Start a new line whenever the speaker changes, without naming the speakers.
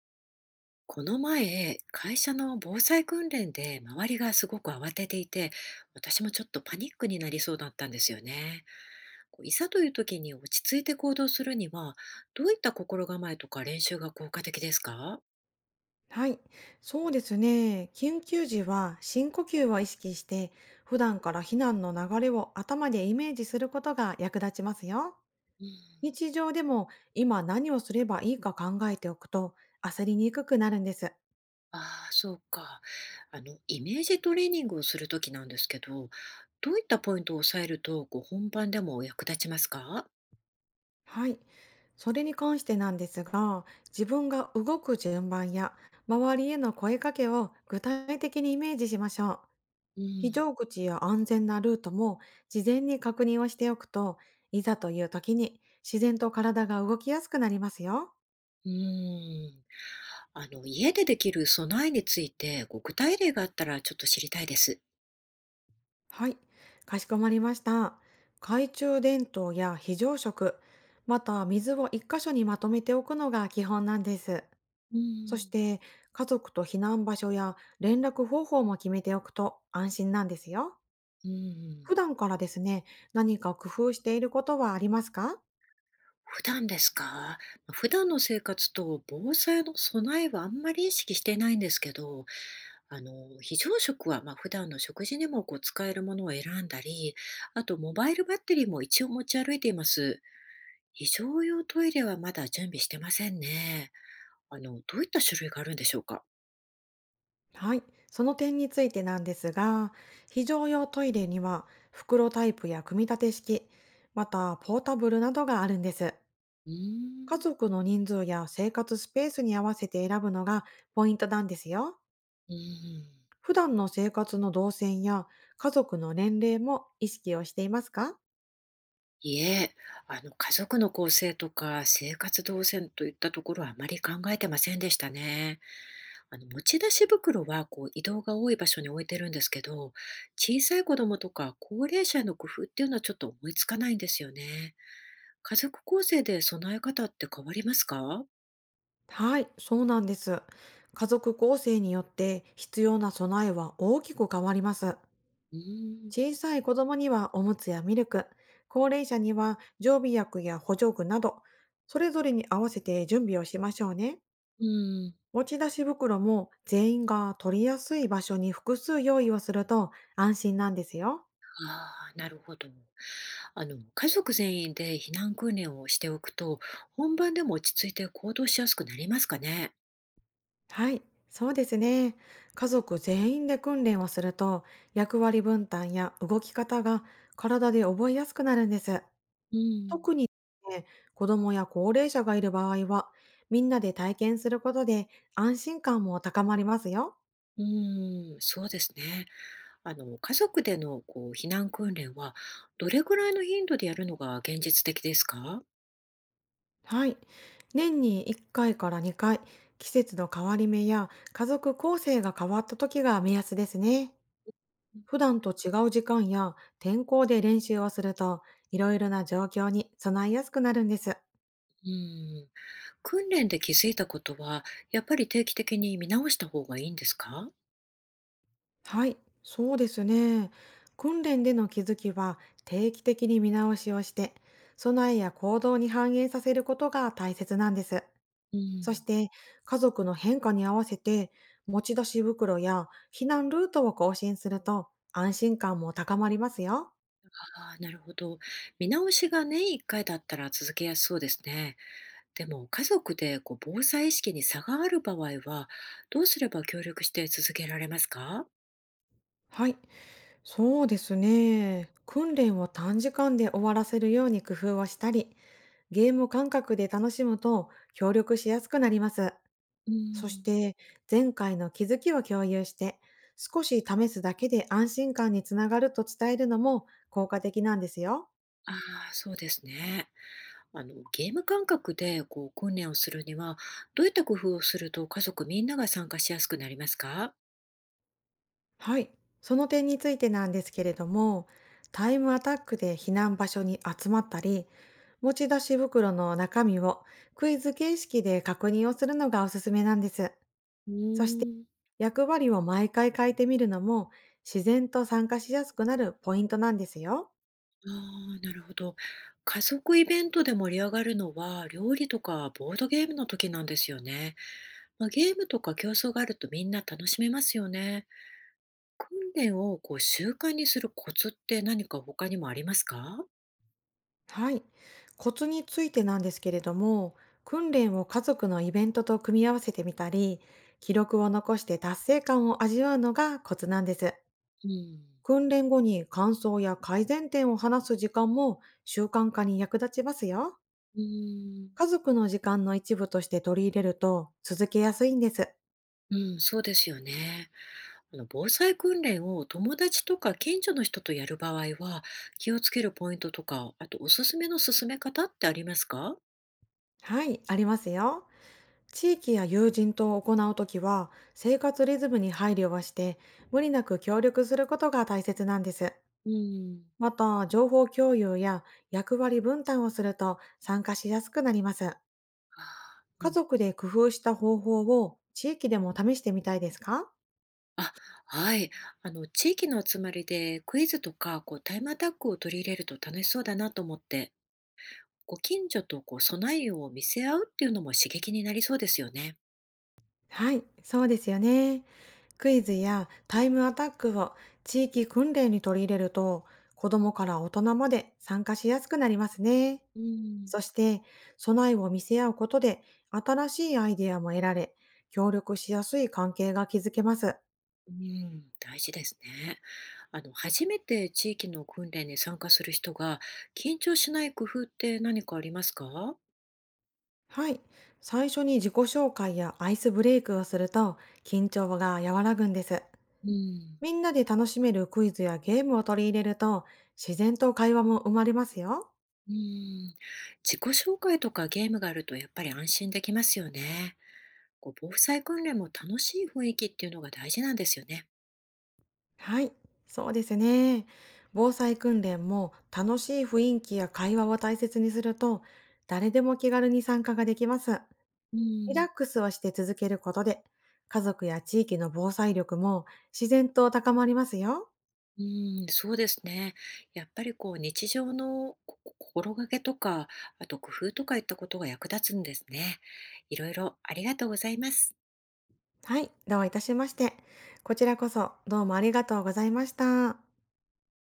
この前、会社の防災訓練で周りがすごく慌てていて、私もちょっとパニックになりそうだったんですよね。こういざという時に落ち着いて行動するには、どういった心構えとか練習が効果的ですか？
はい、そうですね。緊急時は深呼吸を意識して、普段から避難の流れを頭でイメージすることが役立ちますよ。
うん。
日常でも今何をすればいいか考えておくと焦りにくくなるんです。
ああ、そうか。イメージトレーニングをする時なんですけど、どういったポイントを抑えると、本番でも役立ちますか？
はい。それに関してなんですが、自分が動く順番や周りへの声かけを具体的にイメージしましょう。
う
非
ん。
常口や安全なルートも事前に確認をしておくといざという時に自然と体が動きやすくなりますよ。
うーん。家でできる備えについて、ご具体例があったらちょっと知りたいです。
はい、かしこまりました。懐中電灯や非常食、また水を一箇所にまとめておくのが基本なんです。
う
そし
ん、
て家族と避難場所や連絡方法も決めておくと安心なんですよ。
う
普
ん、
段からですね、何か工夫していることはありますか？
普段ですか？普段の生活と防災の備えはあんまり意識していないんですけど、あの、非常食は普段の食事にも使えるものを選んだり、あとモバイルバッテリーも一応持ち歩いています。非常用トイレはまだ準備してませんね。どういった種類があるんでしょうか？
はい、その点についてなんですが、非常用トイレには袋タイプや組み立て式、またポータブルなどがあるんです。
うー
家
ん、
族の人数や生活スペースに合わせて選ぶのがポイントなんですよ。
うん。
普段の生活の動線や家族の年齢も意識をしていますか？
いえ、家族の構成とか生活動線といったところはあまり考えてませんでしたね。持ち出し袋は移動が多い場所に置いてるんですけど、小さい子供とか高齢者への工夫っていうのはちょっと思いつかないんですよね。家族構成で備え方って変わりますか？
はい、そうなんです。家族構成によって必要な備えは大きく変わります。
うーん。
小さい子供にはおむつやミルク、高齢者には常備薬や補助具など、それぞれに合わせて準備をしましょうね。
うん。
持ち出し袋も全員が取りやすい場所に複数用意をすると安心なんですよ。
ああ、なるほど。家族全員で避難訓練をしておくと、本番でも落ち着いて行動しやすくなりますかね。
はい、そうですね。家族全員で訓練をすると役割分担や動き方が体で覚えやすくなるんです。
うん。
特にね、子供や高齢者がいる場合は、みんなで体験することで安心感も高まりますよ。
うーん、そうですね。家族でのこう避難訓練は、どれぐらいの頻度でやるのが現実的ですか？
はい。年に1回から2回、季節の変わり目や家族構成が変わった時が目安ですね。普段と違う時間や天候で練習をすると、いろいろな状況に備えやすくなるんです。
うーん、訓練で気づいたことは、やっぱり定期的に見直した方がいいんですか？
はい、そうですね。訓練での気づきは定期的に見直しをして、備えや行動に反映させることが大切なんです。
う
そし
ん、
て、家族の変化に合わせて、持ち出し袋や避難ルートを更新すると安心感も高まりますよ。
ああ、なるほど。見直しが年1回だったら続けやすそうですね。でも、家族で防災意識に差がある場合は、どうすれば協力して続けられますか？
はい、そうですね。訓練を短時間で終わらせるように工夫をしたり、ゲーム感覚で楽しむと協力しやすくなります。
う
そし
ん、
て前回の気づきを共有して、少し試すだけで安心感につながると伝えるのも効果的なんですよ。
ああ、そうですね。ゲーム感覚で訓練をするには、どういった工夫をすると家族みんなが参加しやすくなりますか？
はい。その点についてなんですけれども、タイムアタックで避難場所に集まったり、持ち出し袋の中身をクイズ形式で確認をするのがおすすめなんです。
う
そして
ーん、
役割を毎回変えてみるのも自然と参加しやすくなるポイントなんですよ。
ああ、なるほど。家族イベントで盛り上がるのは、料理とかボードゲームの時なんですよね。ゲームとか競争があるとみんな楽しめますよね。訓練を習慣にするコツって何か他にもありますか？
はい。コツについてなんですけれども、訓練を家族のイベントと組み合わせてみたり、記録を残して達成感を味わうのがコツなんです。
うん、
訓練後に感想や改善点を話す時間も習慣化に役立ちますよ。
うーん、
家族の時間の一部として取り入れると続けやすいんです。
うん、そうですよね。あの防災訓練を友達とか近所の人とやる場合は、気をつけるポイントとか、あとおすすめの進め方ってありますか？
はい、ありますよ。地域や友人と行うときは、生活リズムに配慮はして、無理なく協力することが大切なんです。
うん。
また、情報共有や役割分担をすると参加しやすくなります。
あう
家
ん、
族で工夫した方法を地域でも試してみたいですか？
あ、はい。地域の集まりでクイズとか、タイムアタックを取り入れると楽しそうだなと思って、ご近所と備えを見せ合うっていうのも刺激になりそうですよね。
はい、そうですよね。クイズやタイムアタックを地域訓練に取り入れると、子供から大人まで参加しやすくなりますね。
うん、
そして、備えを見せ合うことで、新しいアイデアも得られ、協力しやすい関係が築けます。
うん、大事ですね。初めて地域の訓練に参加する人が緊張しない工夫って何かありますか？
はい。最初に自己紹介やアイスブレイクをすると、緊張が和らぐんです。
うん、
みんなで楽しめるクイズやゲームを取り入れると、自然と会話も生まれますよ。
うん、自己紹介とかゲームがあるとやっぱり安心できますよね。防災訓練も楽しい雰囲気っていうのが大事なんですよね。
はい。そうですね。防災訓練も楽しい雰囲気や会話を大切にすると、誰でも気軽に参加ができます。
う
リラ
ん、
ックスをして続けることで、家族や地域の防災力も自然と高まりますよ。
うん、そうですね。やっぱり日常の心がけとか、あと工夫とかいったことが役立つんですね。いろいろありがとうございます。
はい、どういたしまして。こちらこそどうもありがとうございました。